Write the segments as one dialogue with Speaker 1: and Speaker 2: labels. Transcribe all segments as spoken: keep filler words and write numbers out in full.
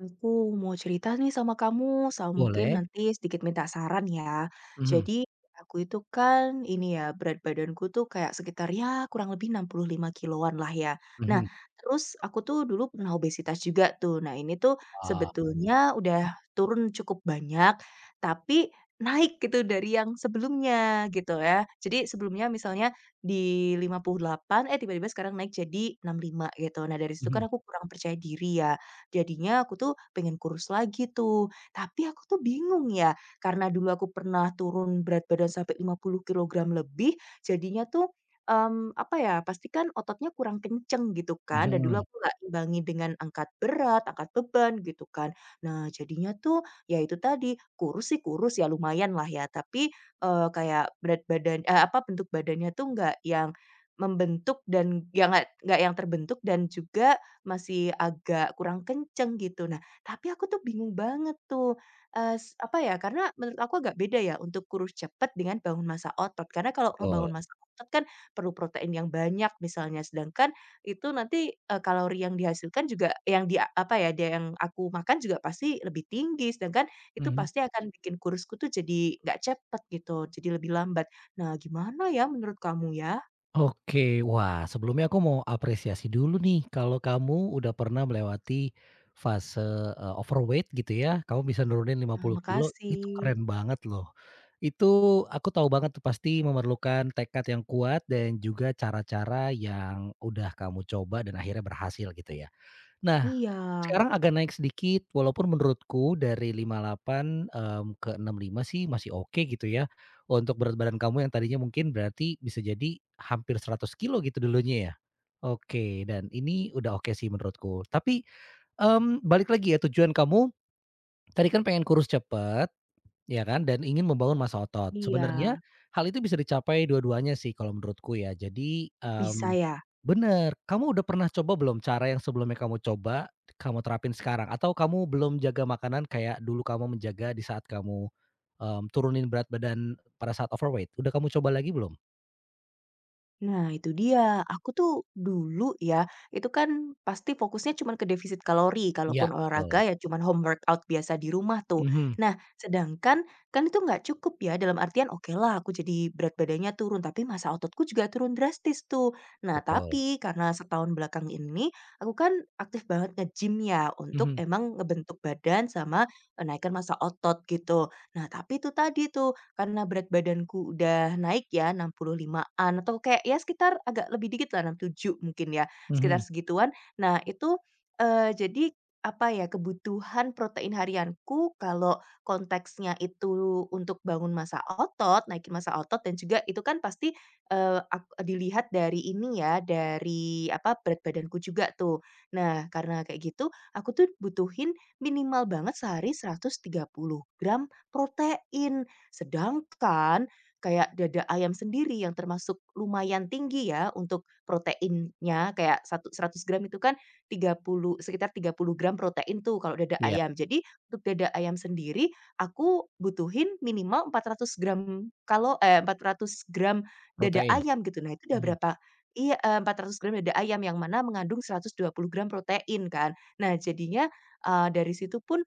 Speaker 1: Aku mau cerita nih sama kamu, sama mungkin
Speaker 2: Boleh,
Speaker 1: nanti sedikit minta saran ya.
Speaker 2: mhm
Speaker 1: Jadi aku itu kan ini ya berat badanku tuh kayak sekitar ya kurang lebih enam puluh lima kiloan lah ya. Nah,
Speaker 2: mhm.
Speaker 1: terus aku tuh dulu pernah obesitas juga tuh. Nah, ini tuh
Speaker 2: Wah,
Speaker 1: sebetulnya udah turun cukup banyak, tapi naik gitu dari yang sebelumnya gitu ya. Jadi sebelumnya misalnya di lima puluh delapan, eh tiba-tiba sekarang naik jadi enam puluh lima gitu. Nah, dari situ kan
Speaker 2: mhm
Speaker 1: aku kurang percaya diri ya. Jadinya aku tuh pengen kurus lagi tuh. Tapi aku tuh bingung ya, karena dulu aku pernah turun berat badan sampai lima puluh kilogram lebih, jadinya tuh, mmm, apa ya, pastikan ototnya kurang kenceng gitu kan, dan dulu
Speaker 2: mhm,
Speaker 1: aku nggak imbangi dengan angkat berat, angkat beban gitu kan. Nah jadinya tuh, ya itu tadi, kurus sih kurus ya lumayan lah ya, tapi, eee, kayak berat badan eee, apa, bentuk badannya tuh nggak yang membentuk dan ya nggak nggak yang terbentuk dan juga masih agak kurang kenceng gitu. Nah, tapi aku tuh bingung banget tuh, eee, s apa ya, karena menurut aku agak beda ya untuk kurus cepet dengan bangun massa otot. Karena kalau
Speaker 2: betul,
Speaker 1: ngebangun massa otot kan perlu protein yang banyak misalnya, sedangkan itu nanti, eee, kalori yang dihasilkan juga yang di apa ya, dia yang aku makan juga pasti lebih tinggi, sedangkan itu
Speaker 2: mhm.
Speaker 1: pasti akan bikin kurusku tuh jadi nggak cepet gitu, jadi lebih lambat. Nah, gimana ya menurut kamu ya?
Speaker 2: Oke, wah sebelumnya aku mau apresiasi dulu nih kalau kamu udah pernah melewati fase, eee, overweight gitu ya, kamu bisa nurunin lima
Speaker 1: Nah,
Speaker 2: puluh kilo,
Speaker 1: makasih.
Speaker 2: itu keren banget loh. Itu aku tahu banget tuh pasti memerlukan tekad yang kuat dan juga cara-cara yang udah kamu coba dan akhirnya berhasil gitu ya. Nah,
Speaker 1: Iya
Speaker 2: sekarang agak naik sedikit, walaupun menurutku dari lima puluh delapan, mmm, ke enam lima sih masih oke gitu ya, untuk berat badan kamu yang tadinya mungkin berarti bisa jadi hampir seratus kilogram gitu dulunya ya? Oke, dan ini udah oke sih menurutku. Tapi, mmm, balik lagi ya tujuan kamu, tadi kan pengen kurus cepet, ya kan, dan ingin membangun massa otot.
Speaker 1: iya.
Speaker 2: Sebenarnya hal itu bisa dicapai dua-duanya sih kalau menurutku ya. Jadi, mmm,
Speaker 1: Bisa ya?
Speaker 2: bener, kamu udah pernah coba belum cara yang sebelumnya kamu coba, kamu terapin sekarang? Atau kamu belum jaga makanan kayak dulu kamu menjaga di saat kamu, mmm, turunin berat badan pada saat overweight? Udah kamu coba lagi belum?
Speaker 1: Nah, itu dia. Aku tuh dulu ya, itu kan pasti fokusnya cuman ke defisit kalori,
Speaker 2: Ya,
Speaker 1: kalaupun olahraga
Speaker 2: betul.
Speaker 1: ya cuman home workout biasa di rumah tuh.
Speaker 2: Mhm,
Speaker 1: Nah, sedangkan kan itu nggak cukup ya, dalam artian oke lah aku jadi berat badannya turun, tapi massa ototku juga turun drastis tuh. Nah,
Speaker 2: betul.
Speaker 1: tapi karena setahun belakang ini aku kan aktif banget nge-gym ya, untuk
Speaker 2: Mhm,
Speaker 1: emang ngebentuk badan sama, eee, naikkan massa otot gitu. Nah, tapi itu tadi tuh, karena berat badanku udah naik ya enam puluh limaan-an atau kayak ya sekitar agak lebih dikit lah enam puluh tujuh mungkin ya, sekitar
Speaker 2: mhm.
Speaker 1: segituan. Nah itu, eee, jadi apa ya, kebutuhan protein harianku kalau konteksnya itu untuk bangun massa otot, naikin massa otot dan juga itu kan pasti, eee, ak dilihat dari ini ya, dari apa, berat badanku juga tuh. Nah karena kayak gitu, aku tuh butuhin minimal banget sehari seratus tiga puluh gram protein. Sedangkan kayak dada ayam sendiri yang termasuk lumayan tinggi ya untuk proteinnya, kayak satu seratus gram itu kan tiga puluh sekitar tiga puluh gram protein tuh kalau dada
Speaker 2: Iya,
Speaker 1: ayam. Jadi untuk dada ayam sendiri aku butuhin minimal empat ratus gram kalau eh, empat ratus gram dada
Speaker 2: protein.
Speaker 1: ayam gitu. Nah itu udah
Speaker 2: Mhm.
Speaker 1: berapa iya, eee, empat ratus gram dada ayam yang mana mengandung seratus dua puluh gram protein kan. Nah jadinya, eee, dari situ pun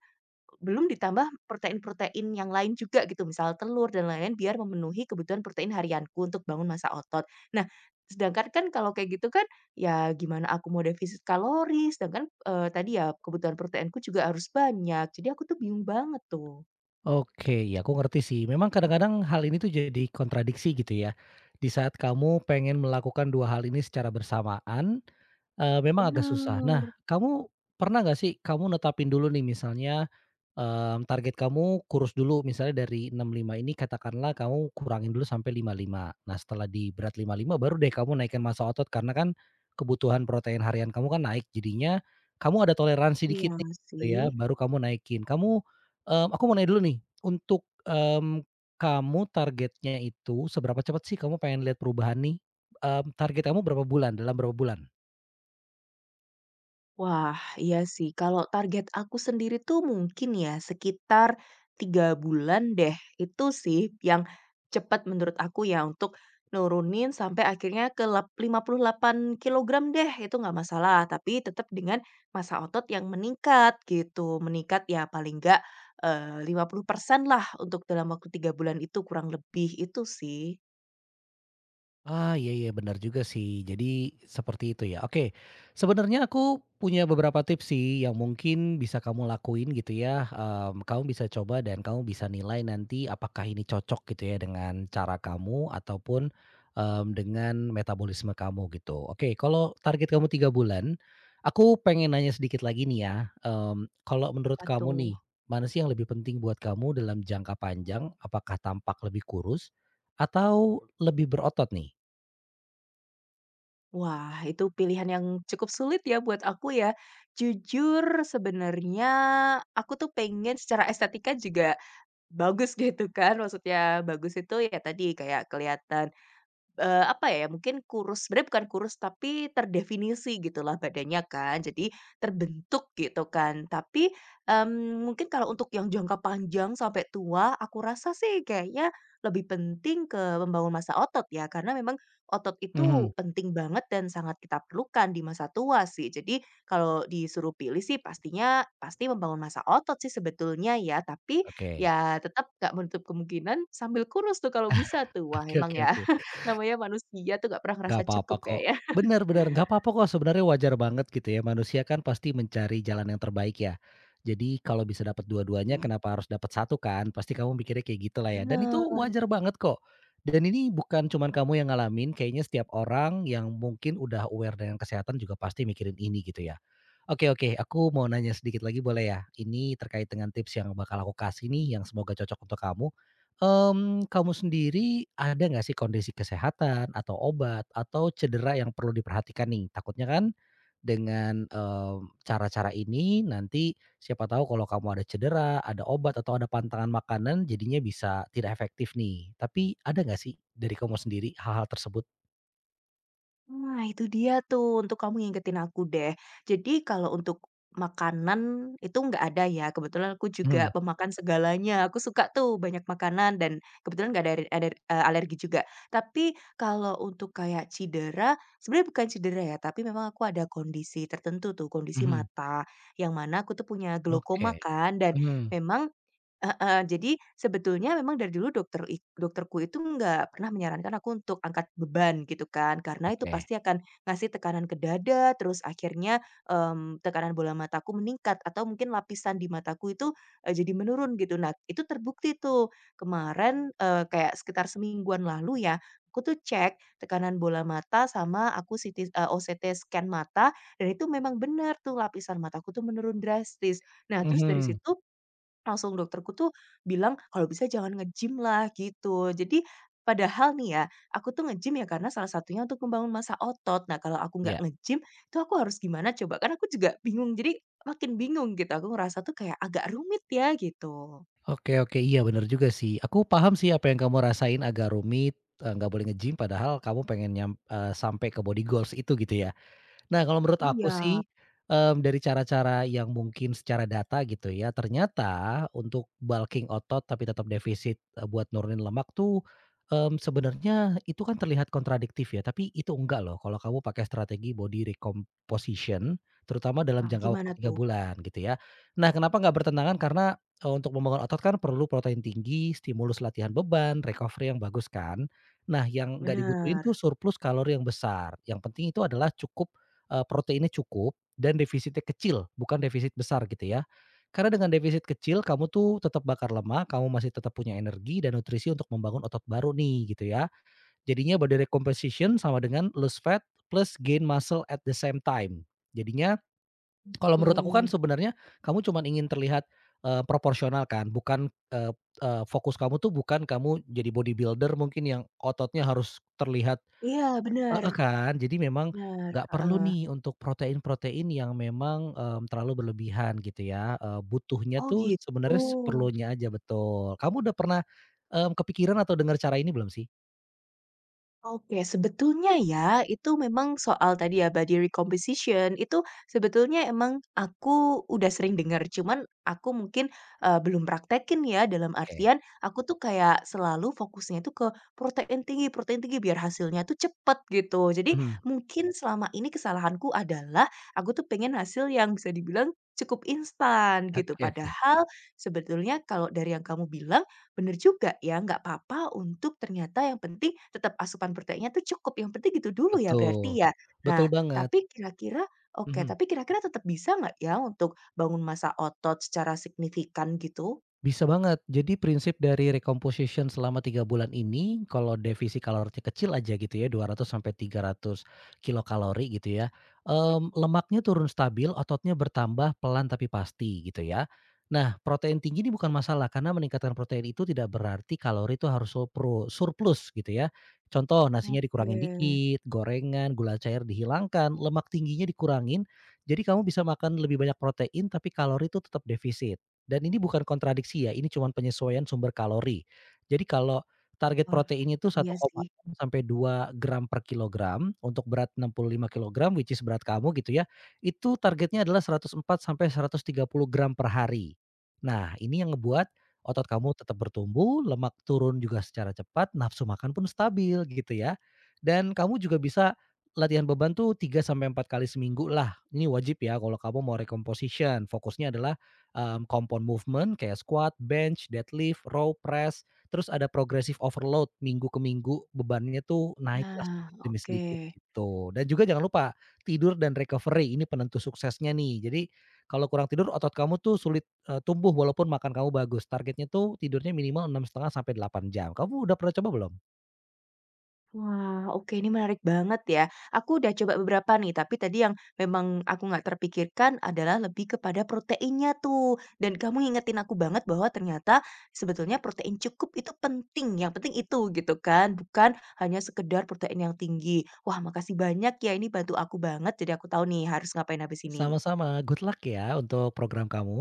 Speaker 1: belum ditambah protein-protein yang lain juga gitu, misal telur dan lain-lain biar memenuhi kebutuhan protein harianku untuk bangun massa otot. Nah, sedangkan kan kalau kayak gitu kan, ya gimana aku mau defisit kalori, sedangkan, eee, tadi ya kebutuhan proteinku juga harus banyak. Jadi aku tuh bingung banget tuh.
Speaker 2: Oke, ya aku ngerti sih. Memang kadang-kadang hal ini tuh jadi kontradiksi gitu ya. Di saat kamu pengen melakukan dua hal ini secara bersamaan, Eee, memang agak susah.
Speaker 1: Bener.
Speaker 2: Nah, kamu pernah nggak sih kamu netapin dulu nih misalnya, mmm, target kamu kurus dulu misalnya dari enam lima ini katakanlah kamu kurangin dulu sampai lima lima. Nah setelah di berat lima lima baru deh kamu naikin massa otot karena kan kebutuhan protein harian kamu kan naik jadinya kamu ada toleransi
Speaker 1: Iya
Speaker 2: dikit nih gitu ya
Speaker 1: sih.
Speaker 2: baru kamu naikin. Kamu, mmm, aku mau nanya dulu nih untuk, mmm, kamu targetnya itu seberapa cepat sih kamu pengen lihat perubahan nih? Mmm, target kamu berapa bulan? Dalam berapa bulan?
Speaker 1: Wah, iya sih. Kalau target aku sendiri tuh mungkin ya sekitar tiga bulan deh. Itu sih yang cepat menurut aku ya untuk nurunin sampai akhirnya ke lap- lima puluh delapan kilogram deh. Itu nggak masalah, tapi tetap dengan massa otot yang meningkat gitu. Meningkat ya paling nggak eh, lima puluh persen lah untuk dalam waktu tiga bulan itu kurang lebih itu sih.
Speaker 2: Ah, iya iya benar juga sih. Jadi seperti itu ya. Oke, sebenarnya aku punya beberapa tips sih yang mungkin bisa kamu lakuin gitu ya. Em, kamu bisa coba dan kamu bisa nilai nanti apakah ini cocok gitu ya dengan cara kamu ataupun em, dengan metabolisme kamu gitu. Oke, kalau target kamu tiga bulan, aku pengen nanya sedikit lagi nih ya. Em, kalau menurut
Speaker 1: Apa
Speaker 2: kamu
Speaker 1: tuh?
Speaker 2: nih, mana sih yang lebih penting buat kamu dalam jangka panjang? Apakah tampak lebih kurus atau lebih berotot nih?
Speaker 1: Wah, itu pilihan yang cukup sulit ya buat aku ya. Jujur sebenarnya aku tuh pengen secara estetika juga bagus gitu kan. Maksudnya bagus itu ya tadi kayak kelihatan Eee, apa ya, mungkin kurus, sebenarnya bukan kurus, tapi terdefinisi gitulah badannya kan, jadi terbentuk gitu kan. Tapi, mmm, mungkin kalau untuk yang jangka panjang sampai tua, aku rasa sih kayaknya lebih penting ke membangun massa otot ya, karena memang otot
Speaker 2: Mhm.
Speaker 1: itu penting banget dan sangat kita perlukan di masa tua sih. Jadi kalau disuruh pilih sih pastinya pasti membangun massa otot sih sebetulnya ya, tapi
Speaker 2: Oke.
Speaker 1: ya tetap nggak menutup kemungkinan sambil kurus tuh kalau bisa tuh. Wah
Speaker 2: Oke
Speaker 1: emang
Speaker 2: oke
Speaker 1: ya.
Speaker 2: oke.
Speaker 1: Namanya manusia tuh nggak pernah
Speaker 2: Nggak
Speaker 1: ngerasa
Speaker 2: apa-apa
Speaker 1: cukup
Speaker 2: kok.
Speaker 1: kayaknya.
Speaker 2: Bener bener, nggak apa-apa kok, sebenarnya wajar banget gitu ya, manusia kan pasti mencari jalan yang terbaik ya. Jadi kalau bisa dapat dua-duanya
Speaker 1: Ih,
Speaker 2: kenapa harus dapat satu kan, pasti kamu mikirnya kayak gitulah ya dan itu
Speaker 1: bener.
Speaker 2: wajar banget kok. Dan ini bukan cuman kamu yang ngalamin, kayaknya setiap orang yang mungkin udah aware dengan kesehatan juga pasti mikirin ini gitu ya. Oke oke, aku mau nanya sedikit lagi boleh ya? Ini terkait dengan tips yang bakal aku kasih nih yang semoga cocok untuk kamu. Mmm, kamu sendiri ada nggak sih kondisi kesehatan atau obat atau cedera yang perlu diperhatikan nih? Takutnya kan dengan, eee, cara-cara ini nanti siapa tahu kalau kamu ada cedera, ada obat atau ada pantangan makanan jadinya bisa tidak efektif nih. Tapi ada nggak sih dari kamu sendiri hal-hal tersebut?
Speaker 1: Nah, itu dia tuh untuk kamu ngingetin aku deh. Jadi kalau untuk makanan itu nggak ada ya, kebetulan aku juga
Speaker 2: Mhm
Speaker 1: pemakan segalanya, aku suka tuh banyak makanan dan kebetulan nggak ada re aler eh, alergi juga. Tapi kalau untuk kayak cedera, sebenarnya bukan cedera ya, tapi memang aku ada kondisi tertentu tuh, kondisi
Speaker 2: mhm.
Speaker 1: mata, yang mana aku tuh punya
Speaker 2: Oke.
Speaker 1: glaukoma kan dan
Speaker 2: Mhm,
Speaker 1: memang heeh, jadi sebetulnya memang dari dulu dokter ik dokterku itu nggak pernah menyarankan aku untuk angkat beban gitu kan, karena itu
Speaker 2: oke.
Speaker 1: pasti akan ngasih tekanan ke dada, terus akhirnya, mmm, tekanan bola mataku meningkat atau mungkin lapisan di mataku itu, eee, jadi menurun gitu. Nah, itu terbukti tuh kemarin, eee, kayak sekitar semingguan lalu ya, aku tuh cek tekanan bola mata sama aku C T eee, O C T scan mata dan itu memang benar tuh lapisan mataku tuh menurun drastis. Nah, terus dari
Speaker 2: Mhm,
Speaker 1: situ langsung dokterku tuh bilang, "Kalau bisa jangan nge-gym lah," gitu. Jadi padahal nih ya, aku tuh nge-gym ya karena salah satunya untuk membangun massa otot. Nah, kalau aku nggak
Speaker 2: iya.
Speaker 1: nge-gym, itu aku harus gimana coba? Kan aku juga bingung, jadi makin bingung gitu. Aku ngerasa tuh kayak agak rumit ya gitu.
Speaker 2: Oke oke, iya bener juga sih. Aku paham sih apa yang kamu rasain agak rumit, eee, nggak boleh nge-gym padahal kamu pengen nyam eee, sampai ke body goals itu gitu ya? Nah, kalau menurut
Speaker 1: Iya.
Speaker 2: aku sih, mmm, dari cara-cara yang mungkin secara data gitu ya, ternyata untuk bulking otot tapi tetap defisit, eee, buat nurunin lemak tuh, mmm, sebenarnya itu kan terlihat kontradiktif ya, tapi itu enggak loh kalau kamu pakai strategi body recomposition, terutama dalam
Speaker 1: Wah,
Speaker 2: jangka waktu
Speaker 1: gimana
Speaker 2: tiga
Speaker 1: tuh?
Speaker 2: bulan gitu ya. Nah, kenapa nggak bertentangan? Karena, eee, untuk membangun otot kan perlu protein tinggi, stimulus latihan beban, recovery yang bagus kan. Nah, yang nggak dibutuhin
Speaker 1: Benar.
Speaker 2: tuh surplus kalori yang besar, yang penting itu adalah cukup eee, proteinnya cukup dan defisitnya kecil, bukan defisit besar gitu ya. Karena dengan defisit kecil kamu tuh tetap bakar lemak, kamu masih tetap punya energi dan nutrisi untuk membangun otot baru nih gitu ya. Jadinya body recomposition sama dengan lose fat plus gain muscle at the same time. Jadinya kalau menurut aku kan
Speaker 1: Oke.
Speaker 2: sebenarnya kamu cuman ingin terlihat, eee, proporsional kan, bukan, eee eee, fokus kamu tuh bukan kamu jadi bodybuilder mungkin yang ototnya harus terlihat.
Speaker 1: Iya, benar.
Speaker 2: Heeh kan, jadi memang
Speaker 1: Benar,
Speaker 2: nggak perlu
Speaker 1: heeh.
Speaker 2: nih untuk protein-protein yang memang, mmm, terlalu berlebihan gitu ya, eee, butuhnya
Speaker 1: Oh
Speaker 2: tuh
Speaker 1: gitu.
Speaker 2: sebenarnya seperlunya aja, betul. Kamu udah pernah, mmm, kepikiran atau dengar cara ini belum sih?
Speaker 1: Oke, sebetulnya ya, itu memang soal tadi ya body recomposition, itu sebetulnya emang aku udah sering dengar cuman aku mungkin, eee, belum praktekin ya, dalam
Speaker 2: Oke,
Speaker 1: artian aku tuh kayak selalu fokusnya itu ke protein tinggi protein tinggi, biar hasilnya tuh cepet gitu. Jadi
Speaker 2: mhm,
Speaker 1: mungkin selama ini kesalahanku adalah aku tuh pengen hasil yang bisa dibilang cukup instan gitu,
Speaker 2: oke oke,
Speaker 1: padahal sebetulnya kalau dari yang kamu bilang bener juga ya, nggak apa-apa untuk ternyata yang penting tetap asupan proteinnya tuh cukup, yang penting gitu dulu ya berarti
Speaker 2: betul,
Speaker 1: ya. Nah,
Speaker 2: betul banget,
Speaker 1: tapi kira-kira oke,
Speaker 2: mhm.
Speaker 1: tapi kira-kira tetap bisa nggak ya untuk bangun massa otot secara signifikan gitu?
Speaker 2: Bisa banget. Jadi prinsip dari recomposition selama tiga bulan ini kalau defisit kalorinya kecil aja gitu ya dua ratus sampai tiga ratus kilokalori gitu ya, mmm, lemaknya turun stabil, ototnya bertambah pelan tapi pasti gitu ya. Nah protein tinggi ini bukan masalah karena meningkatkan protein itu tidak berarti kalori itu harus surpru surplus gitu ya. Contoh nasinya
Speaker 1: Oke.
Speaker 2: dikurangin dikit, gorengan, gula cair dihilangkan, lemak tingginya dikurangin, jadi kamu bisa makan lebih banyak protein tapi kalori itu tetap defisit. Dan ini bukan kontradiksi ya, ini cuman penyesuaian sumber kalori. Jadi kalau target
Speaker 1: Wah.
Speaker 2: proteinnya itu
Speaker 1: Iya sih.
Speaker 2: satu koma enam sampai dua gram per kilogram untuk berat enam puluh lima kilogram, which is berat kamu gitu ya, itu targetnya adalah seratus empat sampai seratus tiga puluh gram per hari. Nah, ini yang ngebuat otot kamu tetap bertumbuh, lemak turun juga secara cepat, nafsu makan pun stabil gitu ya. Dan kamu juga bisa latihan beban tuh tiga sampai empat kali seminggu lah. Ini wajib ya kalau kamu mau recomposition, fokusnya adalah mmm, compound movement kayak squat, bench, deadlift, row press, terus ada progressive overload minggu ke minggu bebannya tuh naiklah
Speaker 1: Nah,
Speaker 2: sedikit demi
Speaker 1: oke.
Speaker 2: sedikit gitu. Dan juga jangan lupa tidur dan recovery ini penentu suksesnya nih. Jadi kalau kurang tidur otot kamu tuh sulit, eee, tumbuh walaupun makan kamu bagus. Targetnya tuh tidurnya minimal enam setengah sampai delapan jam. Kamu udah pernah coba belum?
Speaker 1: Wah, oke ini menarik banget ya. Aku udah coba beberapa nih, tapi tadi yang memang aku nggak terpikirkan adalah lebih kepada proteinnya tuh. Dan kamu ngingetin aku banget bahwa ternyata sebetulnya protein cukup itu penting, yang penting itu gitu kan, bukan hanya sekedar protein yang tinggi. Wah, makasih banyak ya ini bantu aku banget, jadi aku tahu nih harus ngapain habis ini.
Speaker 2: Sama-sama, good luck ya untuk program kamu.